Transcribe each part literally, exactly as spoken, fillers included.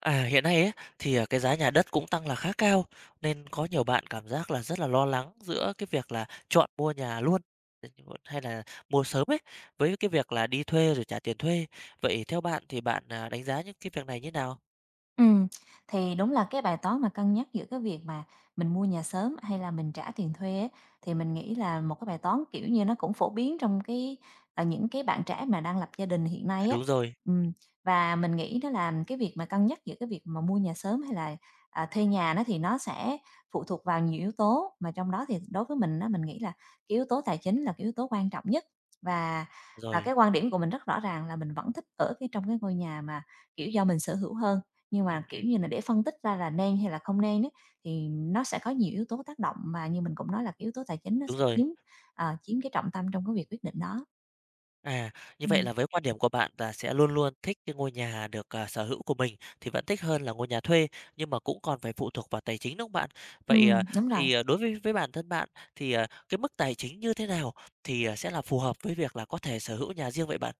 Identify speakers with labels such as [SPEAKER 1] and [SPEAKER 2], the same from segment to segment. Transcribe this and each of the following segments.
[SPEAKER 1] À, hiện nay ấy, thì, à, cái giá nhà đất cũng tăng là khá cao, nên có nhiều bạn cảm giác là rất là lo lắng giữa cái việc là chọn mua nhà luôn, hay là mua sớm ấy, với cái việc là đi thuê rồi trả tiền thuê. Vậy theo bạn thì bạn, à, đánh giá những cái việc này như nào?
[SPEAKER 2] Ừ, thì đúng là cái bài toán mà cân nhắc giữa cái việc mà mình mua nhà sớm hay là mình trả tiền thuê ấy, thì mình nghĩ là một cái bài toán, kiểu như, nó cũng phổ biến trong cái, à, những cái bạn trẻ mà đang lập gia đình hiện
[SPEAKER 1] À,
[SPEAKER 2] nay á.
[SPEAKER 1] đúng rồi,
[SPEAKER 2] Ừm, và mình nghĩ đó là cái việc mà cân nhắc giữa cái việc mà mua nhà sớm hay là, à, thuê nhà nó thì nó sẽ phụ thuộc vào nhiều yếu tố, mà trong đó thì đối với mình á, mình nghĩ là cái yếu tố tài chính là cái yếu tố quan trọng nhất. Và và
[SPEAKER 1] rồi,
[SPEAKER 2] cái quan điểm của mình rất rõ ràng là mình vẫn thích ở cái trong cái ngôi nhà mà, kiểu, do mình sở hữu hơn. Nhưng mà,
[SPEAKER 1] ừm,
[SPEAKER 2] kiểu
[SPEAKER 1] ừm,
[SPEAKER 2] như là, để phân tích ra là nên hay là không nên á, thì nó sẽ có nhiều yếu tố tác động mà như mình cũng nói là cái yếu tố tài chính nó
[SPEAKER 1] đúng
[SPEAKER 2] sẽ
[SPEAKER 1] rồi.
[SPEAKER 2] chiếm, ờ, chiếm cái trọng tâm trong cái việc quyết định đó.
[SPEAKER 1] À, như vậy
[SPEAKER 2] Ừm,
[SPEAKER 1] là với quan điểm của bạn là sẽ luôn luôn thích cái ngôi nhà được, à, sở hữu của mình thì vẫn thích hơn là ngôi nhà thuê, nhưng mà cũng còn phải phụ thuộc vào tài chính, đúng không bạn? Vậy, ờ,
[SPEAKER 2] ừm, đúng rồi.
[SPEAKER 1] thì, ờ, đối với với bản thân bạn thì, ờ, cái mức tài chính như thế nào thì, ờ, sẽ là phù hợp với việc là có thể sở hữu nhà riêng vậy bạn?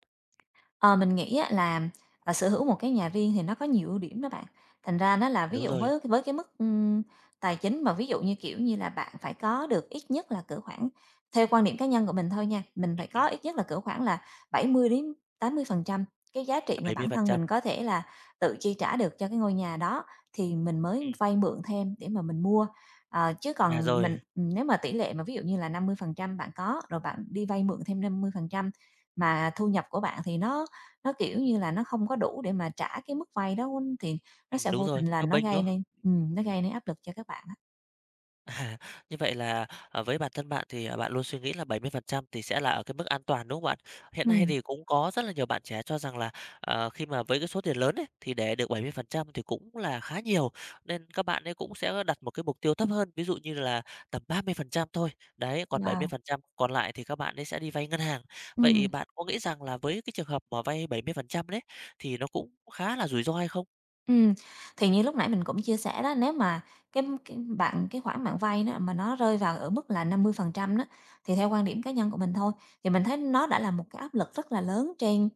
[SPEAKER 2] Ờ, mình nghĩ á là, à, sở hữu một cái nhà riêng thì nó có nhiều ưu điểm đó bạn. Thành ra nó là
[SPEAKER 1] À,
[SPEAKER 2] ví
[SPEAKER 1] đúng
[SPEAKER 2] dụ
[SPEAKER 1] rồi,
[SPEAKER 2] với với cái mức, ừm, tài chính mà ví dụ như, kiểu như là, bạn phải có được ít nhất là cỡ khoảng theo quan điểm cá nhân của mình thôi nha, mình
[SPEAKER 1] ừm,
[SPEAKER 2] phải
[SPEAKER 1] ừm,
[SPEAKER 2] có ít nhất là cỡ khoảng là bảy mươi mươi đến tám mươi phần trăm cái giá trị mà bản thân
[SPEAKER 1] bảy mươi phần trăm,
[SPEAKER 2] mình có thể là tự chi trả được cho cái ngôi nhà đó thì mình mới
[SPEAKER 1] ừm,
[SPEAKER 2] vay mượn thêm để mà mình mua. Ờ, chứ
[SPEAKER 1] à,
[SPEAKER 2] còn mình
[SPEAKER 1] rồi,
[SPEAKER 2] nếu mà tỷ lệ mà ví dụ như là năm mươi phần trăm bạn có, rồi bạn đi vay mượn thêm năm mươi phần trăm mà thu nhập của bạn thì nó nó, kiểu như là, nó không có đủ để mà trả cái mức vay đó thì nó
[SPEAKER 1] ừm,
[SPEAKER 2] sẽ
[SPEAKER 1] đúng
[SPEAKER 2] vô
[SPEAKER 1] rồi,
[SPEAKER 2] tình là
[SPEAKER 1] bấp
[SPEAKER 2] nó
[SPEAKER 1] bênh,
[SPEAKER 2] gây
[SPEAKER 1] đúng không?
[SPEAKER 2] nên ừm, nó gây nên áp lực cho các bạn á.
[SPEAKER 1] À, như vậy là, ờ, với bản thân bạn thì, à, bạn luôn suy nghĩ là bảy mươi phần trăm thì sẽ là ở cái mức an toàn, đúng không bạn? Hiện nay
[SPEAKER 2] Ừm,
[SPEAKER 1] thì cũng có rất là nhiều bạn trẻ cho rằng là, ờ, khi mà với cái số tiền lớn ấy, thì để được bảy mươi phần trăm thì cũng là khá nhiều, nên các bạn ấy cũng sẽ đặt một cái mục tiêu thấp hơn, ví dụ như là tầm ba mươi phần trăm thôi. Đấy, còn bảy mươi
[SPEAKER 2] wow,
[SPEAKER 1] phần trăm còn lại thì các bạn ấy sẽ đi vay ngân hàng. Vậy
[SPEAKER 2] ừm.
[SPEAKER 1] bạn có nghĩ rằng là với cái trường hợp mà vay bảy mươi phần trăm đấy, thì nó cũng khá là rủi ro hay không?
[SPEAKER 2] Ừ, thì như lúc nãy mình cũng chia sẻ đó, nếu mà cái cái bạn cái khoản bạn vay đó mà nó rơi vào ở mức là năm mươi phần trăm đó, thì theo quan điểm cá nhân của mình thôi, thì mình thấy nó đã là một cái áp lực rất là lớn trên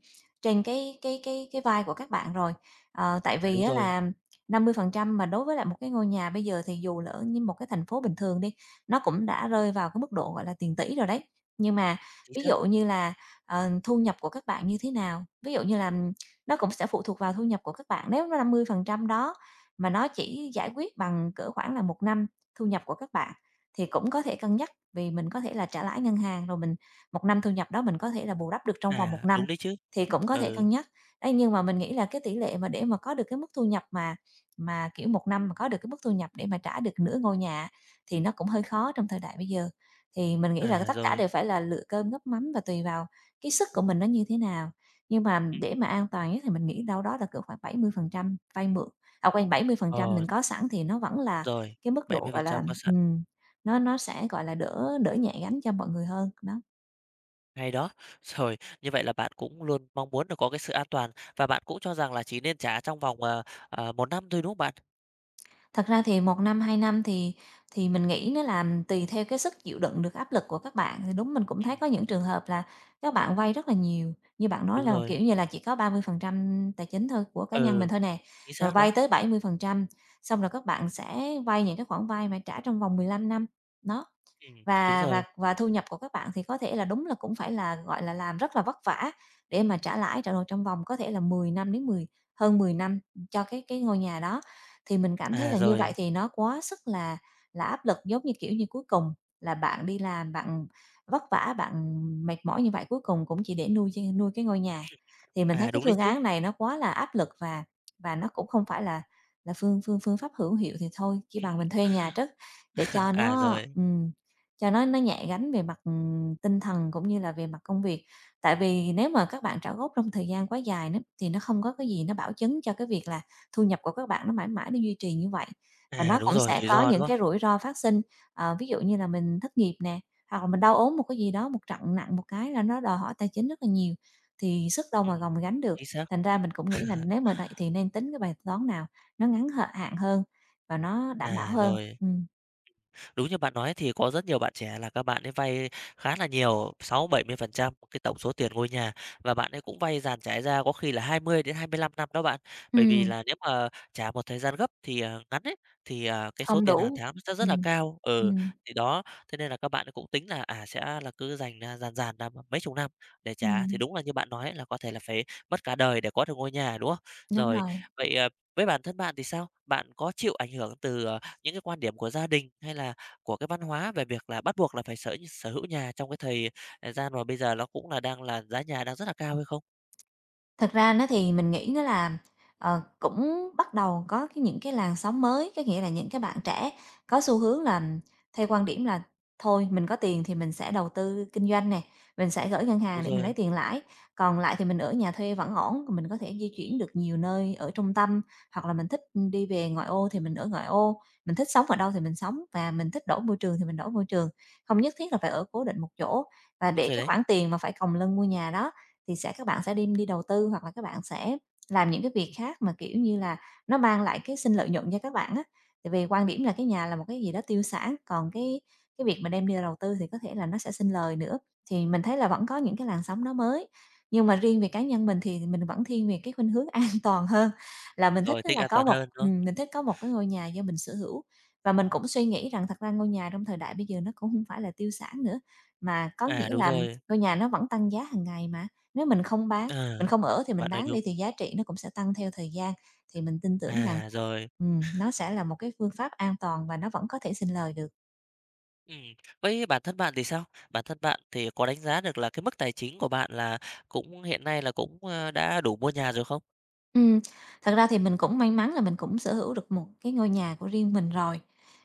[SPEAKER 2] trên cái cái cái cái vai của các bạn rồi. Ờ, tại
[SPEAKER 1] À, đúng
[SPEAKER 2] vì á
[SPEAKER 1] rồi,
[SPEAKER 2] là năm mươi phần trăm mà đối với lại một cái ngôi nhà bây giờ thì dù lỡ như một cái thành phố bình thường đi, nó cũng đã rơi vào cái mức độ, gọi là, tiền tỷ rồi đấy. Nhưng mà
[SPEAKER 1] chính
[SPEAKER 2] ví
[SPEAKER 1] xác.
[SPEAKER 2] dụ như là, ờ, thu nhập của các bạn như thế nào? Ví dụ như là nó cũng sẽ phụ thuộc vào thu nhập của các bạn, nếu nó năm mươi phần trăm đó mà nó chỉ giải quyết bằng cỡ khoảng là một năm thu nhập của các bạn thì cũng có thể cân nhắc, vì mình có thể là trả lãi ngân hàng, rồi mình một năm thu nhập đó mình có thể là bù đắp được trong vòng một
[SPEAKER 1] À, đúng
[SPEAKER 2] năm,
[SPEAKER 1] đấy chứ.
[SPEAKER 2] thì cũng có thể
[SPEAKER 1] Ừ,
[SPEAKER 2] cân nhắc. Đấy, nhưng mà mình nghĩ là cái tỷ lệ mà để mà có được cái mức thu nhập mà mà, kiểu, một năm mà có được cái mức thu nhập để mà trả được nửa ngôi nhà thì nó cũng hơi khó trong thời đại bây giờ. Thì mình nghĩ là
[SPEAKER 1] à,
[SPEAKER 2] tất cả
[SPEAKER 1] rồi.
[SPEAKER 2] đều phải là lựa cơm gắp mắm và tùy vào cái sức của mình nó như thế nào. Nhưng mà
[SPEAKER 1] Ừ.
[SPEAKER 2] để mà an toàn nhất thì mình nghĩ đâu đó là cỡ khoảng bảy mươi phần trăm vay mượn, à, quên, bảy mươi phần trăm
[SPEAKER 1] Ờ,
[SPEAKER 2] mình có sẵn thì nó vẫn là
[SPEAKER 1] rồi,
[SPEAKER 2] cái mức
[SPEAKER 1] bảy
[SPEAKER 2] độ,
[SPEAKER 1] mươi phần
[SPEAKER 2] gọi là,
[SPEAKER 1] trăm có sẵn,
[SPEAKER 2] ừm, nó nó sẽ, gọi là, đỡ đỡ nhẹ gánh cho mọi người hơn, đó.
[SPEAKER 1] hay đó. Rồi, như vậy là bạn cũng luôn mong muốn là có cái sự an toàn và bạn cũng cho rằng là chỉ nên trả trong vòng, ờ, ờ, một năm thôi, đúng không bạn?
[SPEAKER 2] Thật ra thì một năm, hai năm thì thì mình nghĩ nó là tùy theo cái sức chịu đựng được áp lực của các bạn, thì đúng mình cũng thấy
[SPEAKER 1] Ừm,
[SPEAKER 2] có những trường hợp là các bạn vay rất là nhiều. Như bạn nói
[SPEAKER 1] đúng
[SPEAKER 2] là,
[SPEAKER 1] rồi,
[SPEAKER 2] kiểu như là, chỉ có ba mươi phần trăm tài chính thôi của cá nhân
[SPEAKER 1] ừ,
[SPEAKER 2] mình thôi nè,
[SPEAKER 1] chính
[SPEAKER 2] rồi
[SPEAKER 1] xác đó.
[SPEAKER 2] vay tới bảy mươi phần trăm xong rồi các bạn sẽ vay những cái khoản vay mà trả trong vòng mười lăm năm. Đó,
[SPEAKER 1] Ừm, đúng
[SPEAKER 2] và và
[SPEAKER 1] rồi.
[SPEAKER 2] và thu nhập của các bạn thì có thể là đúng là cũng phải là, gọi là, làm rất là vất vả để mà trả lãi, trả nợ trong vòng có thể là mười năm đến mười hơn mười năm cho cái cái ngôi nhà đó. Thì mình cảm thấy
[SPEAKER 1] À,
[SPEAKER 2] là như vậy
[SPEAKER 1] rồi,
[SPEAKER 2] thì nó quá sức là là áp lực, giống như, kiểu như, cuối cùng là bạn đi làm, bạn vất vả, bạn mệt mỏi như vậy, cuối cùng cũng chỉ để nuôi ch nuôi cái ngôi nhà. Thì mình
[SPEAKER 1] à,
[SPEAKER 2] thấy cái
[SPEAKER 1] đúng đấy
[SPEAKER 2] phương
[SPEAKER 1] chứ.
[SPEAKER 2] án này nó quá là áp lực và và nó cũng không phải là là phương phương phương pháp hữu hiệu, thì thôi chỉ bằng mình thuê nhà trước để cho
[SPEAKER 1] À,
[SPEAKER 2] nó
[SPEAKER 1] rồi,
[SPEAKER 2] ừm. Cho nó nó nhẹ gánh về mặt, ừm, tinh thần cũng như là về mặt công việc. Tại vì nếu mà các bạn trả góp trong thời gian quá dài nữa, thì nó không có cái gì nó bảo chứng cho cái việc là thu nhập của các bạn nó mãi mãi nó duy trì như vậy. Và
[SPEAKER 1] à,
[SPEAKER 2] nó
[SPEAKER 1] đúng
[SPEAKER 2] cũng
[SPEAKER 1] rồi,
[SPEAKER 2] sẽ
[SPEAKER 1] rủi
[SPEAKER 2] có
[SPEAKER 1] ro, đúng
[SPEAKER 2] những
[SPEAKER 1] không?
[SPEAKER 2] cái rủi ro phát sinh, ờ, ví dụ như là mình thất nghiệp nè, hoặc là mình đau ốm một cái gì đó, một trận nặng một cái là nó đòi hỏi tài chính rất là nhiều, thì sức đâu mà
[SPEAKER 1] Ừm,
[SPEAKER 2] gồng gánh được.
[SPEAKER 1] chính xác.
[SPEAKER 2] Thành ra mình cũng nghĩ là nếu mà vậy thì nên tính cái bài toán nào nó ngắn h hạn hơn và nó đảm bảo
[SPEAKER 1] À,
[SPEAKER 2] hơn.
[SPEAKER 1] rồi.
[SPEAKER 2] Ừm,
[SPEAKER 1] Đúng như bạn nói thì có rất nhiều bạn trẻ là các bạn ấy vay khá là nhiều, sáu bảy mươi phần trăm cái tổng số tiền ngôi nhà và bạn ấy cũng vay dàn trải ra có khi là hai mươi đến hai mươi lăm năm đó bạn. Bởi vì
[SPEAKER 2] ừm,
[SPEAKER 1] là nếu mà trả một thời gian gấp thì, à, ngắn ấy, thì, à, cái số
[SPEAKER 2] không
[SPEAKER 1] tiền hàng
[SPEAKER 2] đủ.
[SPEAKER 1] tháng nó sẽ rất là
[SPEAKER 2] Ừm.
[SPEAKER 1] cao. Ừ,
[SPEAKER 2] Ừm,
[SPEAKER 1] thì đó, thế nên là các bạn ấy cũng tính là, à, sẽ là cứ dành, à, dàn dàn ra mấy chục năm để trả, thì
[SPEAKER 2] ừm,
[SPEAKER 1] đúng là như bạn nói là có thể là phải mất cả đời để có được ngôi nhà, đúng không?
[SPEAKER 2] đúng
[SPEAKER 1] Rồi,
[SPEAKER 2] rồi.
[SPEAKER 1] vậy, à, với bản thân bạn thì sao? Bạn có chịu ảnh hưởng từ, ờ, những cái quan điểm của gia đình hay là của cái văn hóa về việc là bắt buộc là phải sở sở hữu nhà trong cái thời, à, gian mà bây giờ nó cũng là đang là giá nhà đang rất là cao hay không?
[SPEAKER 2] Thật ra nó thì mình nghĩ nó là, ờ, cũng bắt đầu có cái những cái làn sóng mới, có nghĩa là những cái bạn trẻ có xu hướng là theo quan điểm là "Thôi, mình có tiền thì mình sẽ đầu tư kinh doanh nè, mình sẽ gửi ngân
[SPEAKER 1] Đúng
[SPEAKER 2] hàng để mình
[SPEAKER 1] rồi,
[SPEAKER 2] lấy tiền lãi, còn lại thì mình ở nhà thuê vẫn ổn, mình có thể di chuyển được nhiều nơi ở trung tâm, hoặc là mình thích, đi về ngoại ô thì mình ở ngoại ô, mình thích sống ở đâu thì mình sống và mình thích đổi môi trường thì mình đổi môi trường, không nhất thiết là phải ở cố định một chỗ." Và để
[SPEAKER 1] đúng rồi
[SPEAKER 2] cái
[SPEAKER 1] đấy.
[SPEAKER 2] khoản tiền mà phải còng lưng mua nhà đó thì sẽ các bạn sẽ đi đi đầu tư hoặc là các bạn sẽ làm những cái việc khác mà, kiểu như là, nó mang lại cái sinh lợi nhuận cho các bạn á. Tại vì quan điểm là cái nhà là một cái gì đó tiêu xả, còn cái cái việc mà đem đi đầu tư thì có thể là nó sẽ sinh lời nữa. Thì mình thấy là vẫn có những cái làn sóng nó mới, nhưng mà riêng về cá nhân mình thì mình vẫn thiên về cái khuynh hướng an toàn hơn, là mình thích
[SPEAKER 1] Rồi,
[SPEAKER 2] á
[SPEAKER 1] thích
[SPEAKER 2] là
[SPEAKER 1] an
[SPEAKER 2] có
[SPEAKER 1] toàn
[SPEAKER 2] một
[SPEAKER 1] hơn, đúng không?
[SPEAKER 2] ừm, mình thích có một cái ngôi nhà do mình sở hữu. Và mình cũng suy nghĩ rằng thật ra ngôi nhà trong thời đại bây giờ nó cũng không phải là tiêu sản nữa, mà có
[SPEAKER 1] À,
[SPEAKER 2] nghĩa
[SPEAKER 1] đúng
[SPEAKER 2] là
[SPEAKER 1] rồi.
[SPEAKER 2] ngôi nhà nó vẫn tăng giá hàng ngày mà. Nếu mình không bán,
[SPEAKER 1] Ờ,
[SPEAKER 2] mình không ở thì mình
[SPEAKER 1] bạn nói
[SPEAKER 2] bán đi
[SPEAKER 1] đúng.
[SPEAKER 2] thì giá trị nó cũng sẽ tăng theo thời gian, thì mình tin tưởng rằng,
[SPEAKER 1] À, rồi.
[SPEAKER 2] ừm, nó sẽ là một cái phương pháp an toàn và nó vẫn có thể sinh lời được.
[SPEAKER 1] Ừm, vậy bản thân bạn thì sao? Bản thân bạn thì có đánh giá được là cái mức tài chính của bạn là cũng hiện nay là cũng, ơ, đã đủ mua nhà rồi không?
[SPEAKER 2] Ừm, thật ra thì mình cũng may mắn là mình cũng sở hữu được một cái ngôi nhà của riêng mình rồi.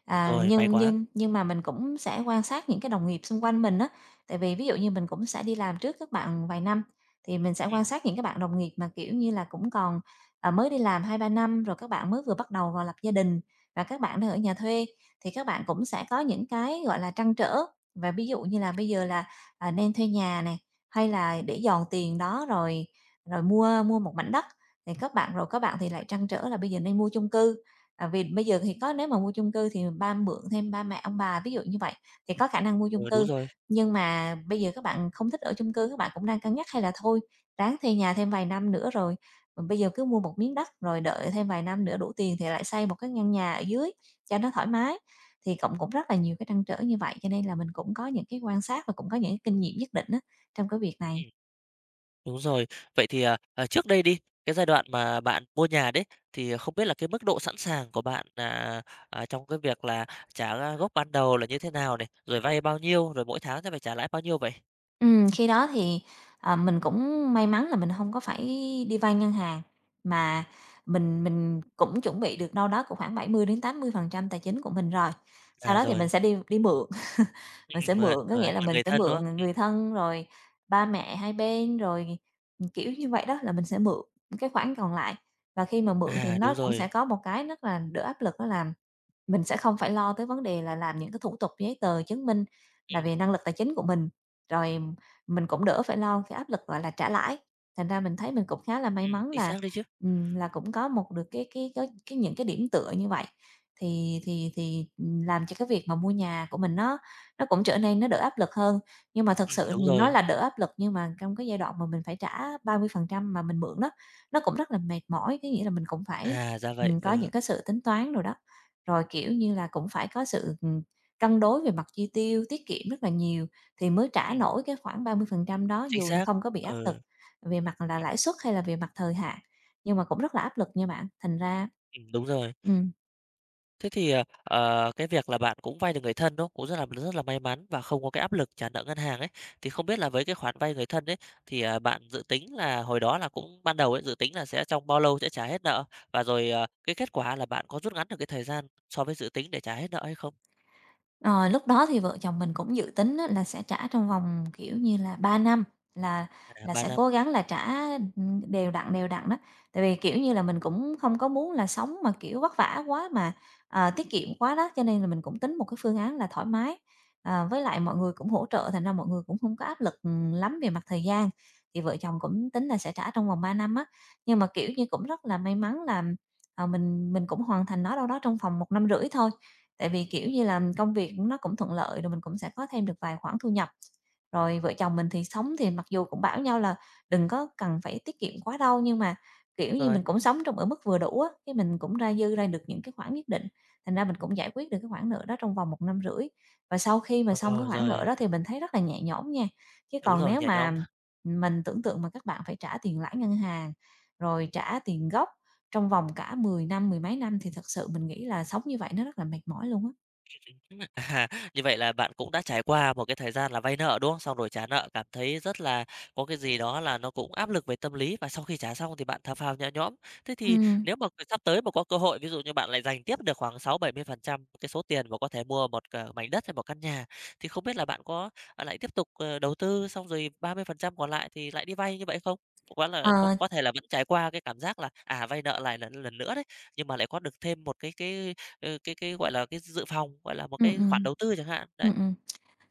[SPEAKER 2] À,
[SPEAKER 1] Rồi, may
[SPEAKER 2] nhưng
[SPEAKER 1] quá.
[SPEAKER 2] nhưng nhưng mà mình cũng sẽ quan sát những cái đồng nghiệp xung quanh mình á, tại vì ví dụ như mình cũng sẽ đi làm trước các bạn vài năm, thì mình sẽ quan
[SPEAKER 1] Ừm,
[SPEAKER 2] sát những các bạn đồng nghiệp mà, kiểu như là, cũng còn, à, mới đi làm hai ba năm, rồi các bạn mới vừa bắt đầu vào lập gia đình và các bạn đang ở nhà thuê, thì các bạn cũng sẽ có những cái, gọi là, trăn trở. Và ví dụ như là bây giờ là, à, nên thuê nhà này hay là để dòn tiền đó rồi rồi mua mua một mảnh đất thì các bạn rồi các bạn thì lại trăn trở là bây giờ nên mua chung cư, à, vì bây giờ thì có nếu mà mua chung cư thì ba mượn thêm ba mẹ ông bà, ví dụ như vậy, thì có khả năng mua chung
[SPEAKER 1] ừ, đúng
[SPEAKER 2] cư.
[SPEAKER 1] rồi.
[SPEAKER 2] Nhưng mà bây giờ các bạn không thích ở chung cư, các bạn cũng đang cân nhắc hay là thôi ráng thuê nhà thêm vài năm nữa rồi, ờ, bây giờ cứ mua một miếng đất rồi đợi thêm vài năm nữa đủ tiền thì lại xây một cái căn nhà ở dưới cho nó thoải mái. Thì cũng cũng rất là nhiều cái trăn trở như vậy, cho nên là mình cũng có những cái quan sát và cũng có những cái kinh nghiệm nhất định á trong cái việc này.
[SPEAKER 1] Ừm. Đúng rồi. Vậy thì, à, à, trước đây đi, cái giai đoạn mà bạn mua nhà đấy, thì à, không biết là cái mức độ sẵn sàng của bạn là, à, trong cái việc là trả, a, gốc ban đầu là như thế nào này? Rồi vay bao nhiêu? Rồi mỗi tháng sẽ phải trả lãi bao nhiêu vậy?
[SPEAKER 2] Ừm, khi đó thì, à, mình cũng may mắn là mình không có phải đi vay ngân hàng, mà mình mình cũng chuẩn bị được đâu đó cũng khoảng bảy mươi mươi đến tám mươi phần trăm tài chính của mình rồi. Sau
[SPEAKER 1] À,
[SPEAKER 2] đó thì
[SPEAKER 1] rồi,
[SPEAKER 2] mình sẽ đi đi mượn, mình sẽ
[SPEAKER 1] ừm, mượn,
[SPEAKER 2] mượn, có
[SPEAKER 1] rồi
[SPEAKER 2] nghĩa là
[SPEAKER 1] mượn
[SPEAKER 2] mình
[SPEAKER 1] người
[SPEAKER 2] sẽ
[SPEAKER 1] thân, đúng không?
[SPEAKER 2] mượn, ờ,
[SPEAKER 1] Ừm,
[SPEAKER 2] người thân rồi ba mẹ hai bên, rồi, kiểu như vậy đó, là mình sẽ mượn cái khoản còn lại. Và khi mà mượn thì
[SPEAKER 1] à, đúng
[SPEAKER 2] nó cũng sẽ
[SPEAKER 1] rồi.
[SPEAKER 2] có một cái rất là đỡ áp lực đó là mình sẽ không phải lo tới vấn đề là làm những cái thủ tục giấy tờ chứng minh là
[SPEAKER 1] Ừm,
[SPEAKER 2] về năng lực tài chính của mình, rồi mình cũng đỡ phải lo cái áp lực, gọi là, trả lãi. Thành ra mình thấy mình cũng khá là may
[SPEAKER 1] ừm,
[SPEAKER 2] mắn
[SPEAKER 1] chính
[SPEAKER 2] là,
[SPEAKER 1] xác đấy chứ.
[SPEAKER 2] ừm, là cũng có một được cái cái cái cái những cái điểm tựa như vậy, thì thì thì, làm cho cái việc mà mua nhà của mình nó nó cũng trở nên nó đỡ áp lực hơn. Nhưng mà thật
[SPEAKER 1] Ừm,
[SPEAKER 2] sự
[SPEAKER 1] đúng
[SPEAKER 2] nó
[SPEAKER 1] rồi.
[SPEAKER 2] là đỡ áp lực nhưng mà trong cái giai đoạn mà mình phải trả ba mươi phần trăm mà mình mượn đó, nó cũng rất là mệt mỏi, có nghĩa là mình cũng phải,
[SPEAKER 1] À, ra vậy,
[SPEAKER 2] ừm, có
[SPEAKER 1] ừ,
[SPEAKER 2] những cái sự tính toán rồi đó. Rồi, kiểu như là, cũng phải có sự, ừm, cân đối về mặt chi tiêu, tiết kiệm rất là nhiều thì mới trả
[SPEAKER 1] ừm,
[SPEAKER 2] nổi cái khoảng ba mươi phần trăm đó,
[SPEAKER 1] chính
[SPEAKER 2] dù là
[SPEAKER 1] xác.
[SPEAKER 2] không có bị áp lực
[SPEAKER 1] Ừ,
[SPEAKER 2] về mặt là lãi suất hay là về mặt thời hạn, nhưng mà cũng rất là áp lực nha bạn. Thành ra
[SPEAKER 1] ừm, đúng rồi.
[SPEAKER 2] ừm.
[SPEAKER 1] Thế thì, ờ, ờ, cái việc là bạn cũng vay được người thân, đúng không? Cũng rất là rất là may mắn và không có cái áp lực trả nợ ngân hàng ấy. Thì không biết là với cái khoản vay người thân ấy, thì, à, bạn dự tính là hồi đó là cũng ban đầu ấy, dự tính là sẽ trong bao lâu sẽ trả hết nợ? Và rồi, ờ, cái kết quả là bạn có rút ngắn được cái thời gian so với dự tính để trả hết nợ hay không?
[SPEAKER 2] Ờ, Lúc đó thì vợ chồng mình cũng dự tính á là sẽ trả trong vòng, kiểu như là, ba năm là
[SPEAKER 1] À,
[SPEAKER 2] là
[SPEAKER 1] ba
[SPEAKER 2] sẽ
[SPEAKER 1] năm,
[SPEAKER 2] cố gắng là trả, ừ, đều đặn, đều đặn đó. Tại vì, kiểu như là, mình cũng không có muốn là sống mà, kiểu, vất vả quá mà, ờ, tiết kiệm quá đó, cho nên là mình cũng tính một cái phương án là thoải mái. Ờ, với lại mọi người cũng hỗ trợ, thành ra mọi người cũng không có áp lực, ừ, lắm về mặt thời gian, thì vợ chồng cũng tính là sẽ trả trong vòng ba năm á. Nhưng mà, kiểu như, cũng rất là may mắn là, ờ, mình mình cũng hoàn thành nó đâu đó trong vòng một năm rưỡi thôi. Tại vì, kiểu như là, công việc nó cũng thuận lợi rồi mình cũng sẽ có thêm được vài khoản thu nhập. Rồi vợ chồng mình thì sống thì mặc dù cũng bảo nhau là đừng có cần phải tiết kiệm quá đâu, nhưng mà,
[SPEAKER 1] đúng
[SPEAKER 2] kiểu như,
[SPEAKER 1] rồi.
[SPEAKER 2] mình cũng sống trong ở mức vừa đủ á, cái mình cũng ra dư ra được những cái khoản nhất định, thành ra mình cũng giải quyết được cái khoản nợ đó trong vòng một năm rưỡi. Và sau khi mà xong cái
[SPEAKER 1] Ờ,
[SPEAKER 2] khoản nợ
[SPEAKER 1] rồi,
[SPEAKER 2] đó thì mình thấy rất là nhẹ nhõm nha. Chứ
[SPEAKER 1] đúng
[SPEAKER 2] còn
[SPEAKER 1] rồi,
[SPEAKER 2] nếu
[SPEAKER 1] nhẹ nhõm.
[SPEAKER 2] mà mình tưởng tượng mà các bạn phải trả tiền lãi ngân hàng, rồi trả tiền gốc, trong vòng cả mười năm, mười mấy năm thì thật sự mình nghĩ là sống như vậy nó rất là mệt mỏi luôn á.
[SPEAKER 1] À, như vậy là bạn cũng đã trải qua một cái thời gian là vay nợ, đúng không? Xong rồi trả nợ cảm thấy rất là có cái gì đó là nó cũng áp lực về tâm lý và sau khi trả xong thì bạn thở phào nhẹ nhõm. Thế thì
[SPEAKER 2] Ừm,
[SPEAKER 1] nếu mà sắp tới mà có cơ hội, ví dụ như bạn lại dành tiếp được khoảng sáu bảy mươi phần trăm cái số tiền mà có thể mua một ờ, mảnh đất hay một căn nhà thì không biết là bạn có ờ, lại tiếp tục ờ, đầu tư xong rồi ba mươi phần trăm còn lại thì lại đi vay như vậy không? Quá là có
[SPEAKER 2] ờ,
[SPEAKER 1] có thể là vẫn trải qua cái cảm giác là à vay nợ lại lần lần nữa đấy, nhưng mà lại có được thêm một cái cái Ừ, cái cái, gọi là, cái dự phòng, gọi là, một
[SPEAKER 2] ừm,
[SPEAKER 1] cái khoản
[SPEAKER 2] ừm,
[SPEAKER 1] đầu tư chẳng hạn, đấy.
[SPEAKER 2] ừm, ừm.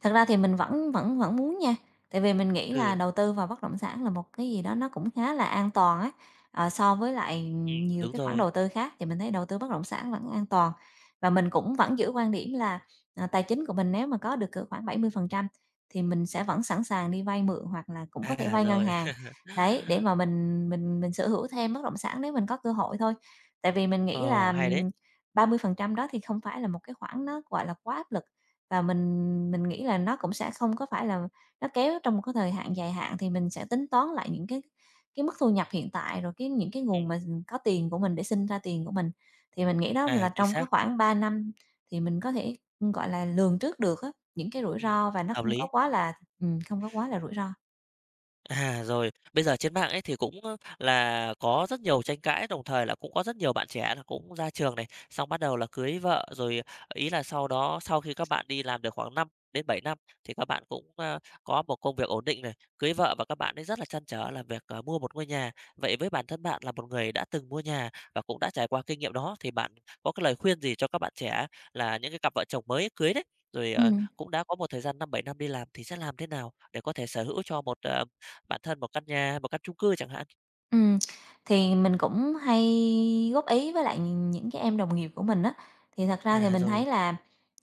[SPEAKER 2] Thật ra thì mình vẫn vẫn vẫn muốn nha, tại vì mình nghĩ là
[SPEAKER 1] Ừ,
[SPEAKER 2] đầu tư vào bất động sản là một cái gì đó nó cũng khá là an toàn á, ờ, so với lại
[SPEAKER 1] ừm,
[SPEAKER 2] nhiều
[SPEAKER 1] đúng
[SPEAKER 2] cái khoản
[SPEAKER 1] rồi.
[SPEAKER 2] đầu tư khác thì mình thấy đầu tư bất động sản vẫn an toàn. Và mình cũng vẫn giữ quan điểm là, à, tài chính của mình nếu mà có được cỡ khoảng bảy mươi phần trăm thì mình sẽ vẫn sẵn sàng đi vay mượn hoặc là cũng có thể
[SPEAKER 1] À,
[SPEAKER 2] vay ngân
[SPEAKER 1] rồi.
[SPEAKER 2] hàng, đấy, để mà mình mình mình sở hữu thêm bất động sản nếu mình có cơ hội thôi. Tại vì mình nghĩ là,
[SPEAKER 1] Ờ, hay đấy.
[SPEAKER 2] ừm, ba mươi phần trăm đó thì không phải là một cái khoản nó, gọi là, quá áp lực. Và mình mình nghĩ là nó cũng sẽ không có phải là nó kéo trong một cái thời hạn dài hạn, thì mình sẽ tính toán lại những cái cái mức thu nhập hiện tại, rồi cái những cái nguồn
[SPEAKER 1] Ừm,
[SPEAKER 2] mà có tiền của mình để sinh ra tiền của mình. Thì mình nghĩ đó
[SPEAKER 1] à,
[SPEAKER 2] là
[SPEAKER 1] chính
[SPEAKER 2] trong cái
[SPEAKER 1] xác.
[SPEAKER 2] khoảng ba năm thì mình có thể, gọi là, lường trước được á, những cái rủi
[SPEAKER 1] Ừm,
[SPEAKER 2] ro và nó
[SPEAKER 1] hợp
[SPEAKER 2] không có
[SPEAKER 1] lý.
[SPEAKER 2] quá là ừm, không có quá là rủi ro.
[SPEAKER 1] À, rồi, bây giờ trên mạng ấy thì cũng, ơ, là có rất nhiều tranh cãi, đồng thời là cũng có rất nhiều bạn trẻ là cũng ra trường này, xong bắt đầu là cưới vợ, rồi ý là sau đó sau khi các bạn đi làm được khoảng năm đến bảy năm thì các bạn cũng, ơ, có một công việc ổn định này, cưới vợ và các bạn ấy rất là trăn trở là việc, ờ, mua một ngôi nhà. Vậy với bản thân bạn là một người đã từng mua nhà và cũng đã trải qua kinh nghiệm đó, thì bạn có cái lời khuyên gì cho các bạn trẻ là những cái cặp vợ chồng mới cưới đấy, rồi, ờ,
[SPEAKER 2] Ừm.
[SPEAKER 1] cũng đã có một thời gian năm bảy năm đi làm thì sẽ làm thế nào để có thể sở hữu cho một, ờ, bạn thân bỏ căn nhà, bỏ căn chung cư chẳng hạn.
[SPEAKER 2] Ừm, thì mình cũng hay góp ý với lại những cái em đồng nghiệp của mình á, thì thật ra thì
[SPEAKER 1] À,
[SPEAKER 2] mình thấy
[SPEAKER 1] rồi,
[SPEAKER 2] là,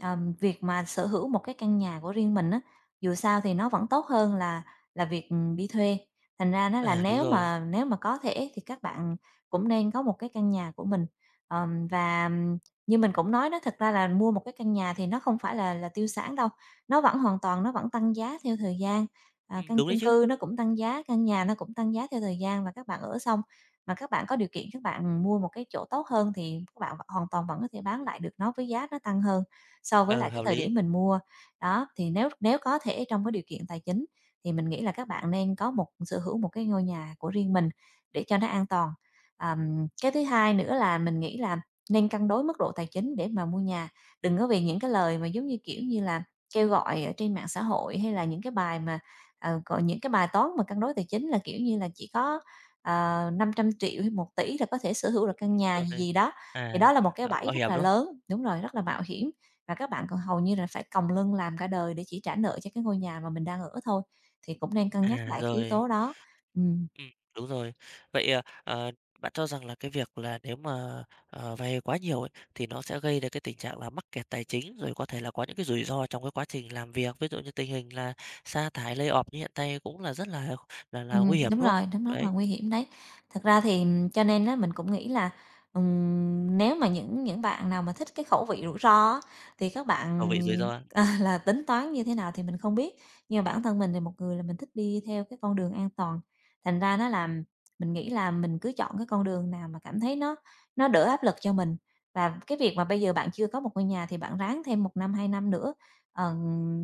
[SPEAKER 2] ờm, việc mà sở hữu một cái căn nhà của riêng mình á, dù sao thì nó vẫn tốt hơn là là việc, ừm, đi thuê. Thành ra nó là
[SPEAKER 1] à, đúng
[SPEAKER 2] nếu
[SPEAKER 1] rồi,
[SPEAKER 2] mà nếu mà có thể thì các bạn cũng nên có một cái căn nhà của mình. Ờm, và ừm, Như mình cũng nói đó, thật ra là mua một cái căn nhà thì nó không phải là là tiêu sản đâu, nó vẫn hoàn toàn nó vẫn tăng giá theo thời gian. À,
[SPEAKER 1] ừm,
[SPEAKER 2] căn
[SPEAKER 1] đúng đấy
[SPEAKER 2] chung
[SPEAKER 1] chứ,
[SPEAKER 2] cư nó cũng tăng giá, căn nhà nó cũng tăng giá theo thời gian và các bạn ở xong mà các bạn có điều kiện các bạn mua một cái chỗ tốt hơn thì các bạn vẫn hoàn toàn vẫn có thể bán lại được nó với giá nó tăng hơn so với
[SPEAKER 1] ừ,
[SPEAKER 2] lại cái
[SPEAKER 1] hợp
[SPEAKER 2] thời
[SPEAKER 1] lý,
[SPEAKER 2] điểm mình mua. Đó, thì nếu nếu có thể trong cái điều kiện tài chính thì mình nghĩ là các bạn nên có một sở hữu một cái ngôi nhà của riêng mình để cho nó an toàn. Ờm, cái thứ hai nữa là mình nghĩ là nên cân đối mức độ tài chính để mà mua nhà, đừng có vì những cái lời mà giống như, kiểu như là, kêu gọi ở trên mạng xã hội hay là những cái bài mà Ờ, còn những cái bài toán mà cân đối tài chính là, kiểu như là, chỉ có, ờ, năm trăm triệu hay một tỷ là có thể sở hữu được căn nhà gì
[SPEAKER 1] rồi,
[SPEAKER 2] gì đó,
[SPEAKER 1] à,
[SPEAKER 2] thì đó là một cái
[SPEAKER 1] đó,
[SPEAKER 2] bẫy
[SPEAKER 1] mạo
[SPEAKER 2] rất
[SPEAKER 1] hiểm,
[SPEAKER 2] là
[SPEAKER 1] đúng không?
[SPEAKER 2] lớn đúng rồi, rất là mạo hiểm và các bạn còn hầu như là phải còng lưng làm cả đời để chỉ trả nợ cho cái ngôi nhà mà mình đang ở thôi, thì cũng nên cân nhắc
[SPEAKER 1] À,
[SPEAKER 2] lại cái yếu
[SPEAKER 1] rồi,
[SPEAKER 2] tố đó. Ừm.
[SPEAKER 1] ừm, đúng rồi. Vậy, ờ, ờ, bạn cho rằng là cái việc là nếu mà, ờ, vay quá nhiều ấy, thì nó sẽ gây ra cái tình trạng là mắc kẹt tài chính, rồi có thể là có những cái rủi ro trong cái quá trình làm việc, ví dụ như tình hình là sa thải, lay off như hiện nay cũng là rất là là là
[SPEAKER 2] Ừm,
[SPEAKER 1] nguy hiểm,
[SPEAKER 2] đúng
[SPEAKER 1] đúng không?
[SPEAKER 2] rồi, nó rất là
[SPEAKER 1] Đấy,
[SPEAKER 2] nguy hiểm đấy. Thật ra thì ừm, cho nên á, mình cũng nghĩ là, ừm, nếu mà những những bạn nào mà thích cái khẩu vị rủi ro á, thì các bạn,
[SPEAKER 1] khẩu vị rủi ro,
[SPEAKER 2] ờ, là tính toán như thế nào thì mình không biết. Nhưng mà bản thân mình thì một người là mình thích đi theo cái con đường an toàn, thành ra nó làm mình nghĩ là mình cứ chọn cái con đường nào mà cảm thấy nó nó đỡ áp lực cho mình. Và cái việc mà bây giờ bạn chưa có một ngôi nhà thì bạn ráng thêm một năm, hai năm nữa, ờ,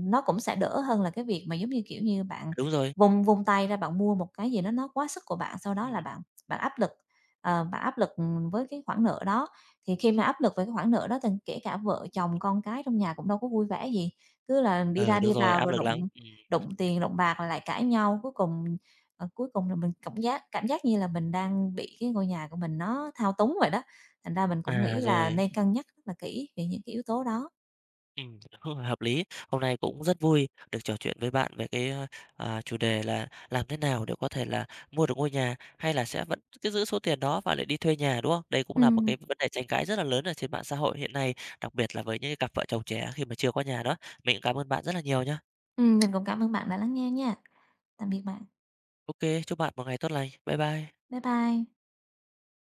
[SPEAKER 2] nó cũng sẽ đỡ hơn là cái việc mà, giống như, kiểu như, bạn
[SPEAKER 1] đúng rồi,
[SPEAKER 2] vung vung tay ra bạn mua một cái gì đó nó quá sức của bạn, sau đó là
[SPEAKER 1] ừm,
[SPEAKER 2] bạn bạn áp lực, ờ, bạn áp lực, ừ, với cái khoản nợ đó. Thì khi mà áp lực về cái khoản nợ đó thì kể cả vợ chồng, con cái trong nhà cũng đâu có vui vẻ gì, cứ là đi
[SPEAKER 1] ờ,
[SPEAKER 2] ra
[SPEAKER 1] đúng
[SPEAKER 2] đi
[SPEAKER 1] rồi,
[SPEAKER 2] vào
[SPEAKER 1] áp
[SPEAKER 2] rồi
[SPEAKER 1] lực lắm,
[SPEAKER 2] đụng
[SPEAKER 1] ừm,
[SPEAKER 2] đụng tiền, đụng bạc rồi lại cãi nhau. Cuối cùng, ờ, cuối cùng là mình cảm giác cảm giác như là mình đang bị cái ngôi nhà của mình nó thao túng vậy đó, thành ra mình cũng
[SPEAKER 1] à,
[SPEAKER 2] nghĩ là
[SPEAKER 1] rồi.
[SPEAKER 2] nên cân nhắc rất là kỹ về những cái yếu tố đó.
[SPEAKER 1] Ừm, đúng rồi, hợp lý. Hôm nay cũng rất vui được trò chuyện với bạn về cái, a, à, chủ đề là làm thế nào để có thể là mua được ngôi nhà, hay là sẽ vẫn cứ giữ số tiền đó và lại đi thuê nhà, đúng không? Đây cũng là một
[SPEAKER 2] Ừm,
[SPEAKER 1] cái vấn đề tranh cãi rất là lớn ở trên mạng xã hội hiện nay, đặc biệt là với những cái cặp vợ chồng trẻ khi mà chưa có nhà đó. Mình cũng cảm ơn bạn rất là nhiều nhá.
[SPEAKER 2] ừm, mình cũng cảm ơn bạn đã lắng nghe nha. Tạm biệt bạn.
[SPEAKER 1] OK, chúc bạn một ngày tốt lành. Bye bye.
[SPEAKER 2] Bye bye.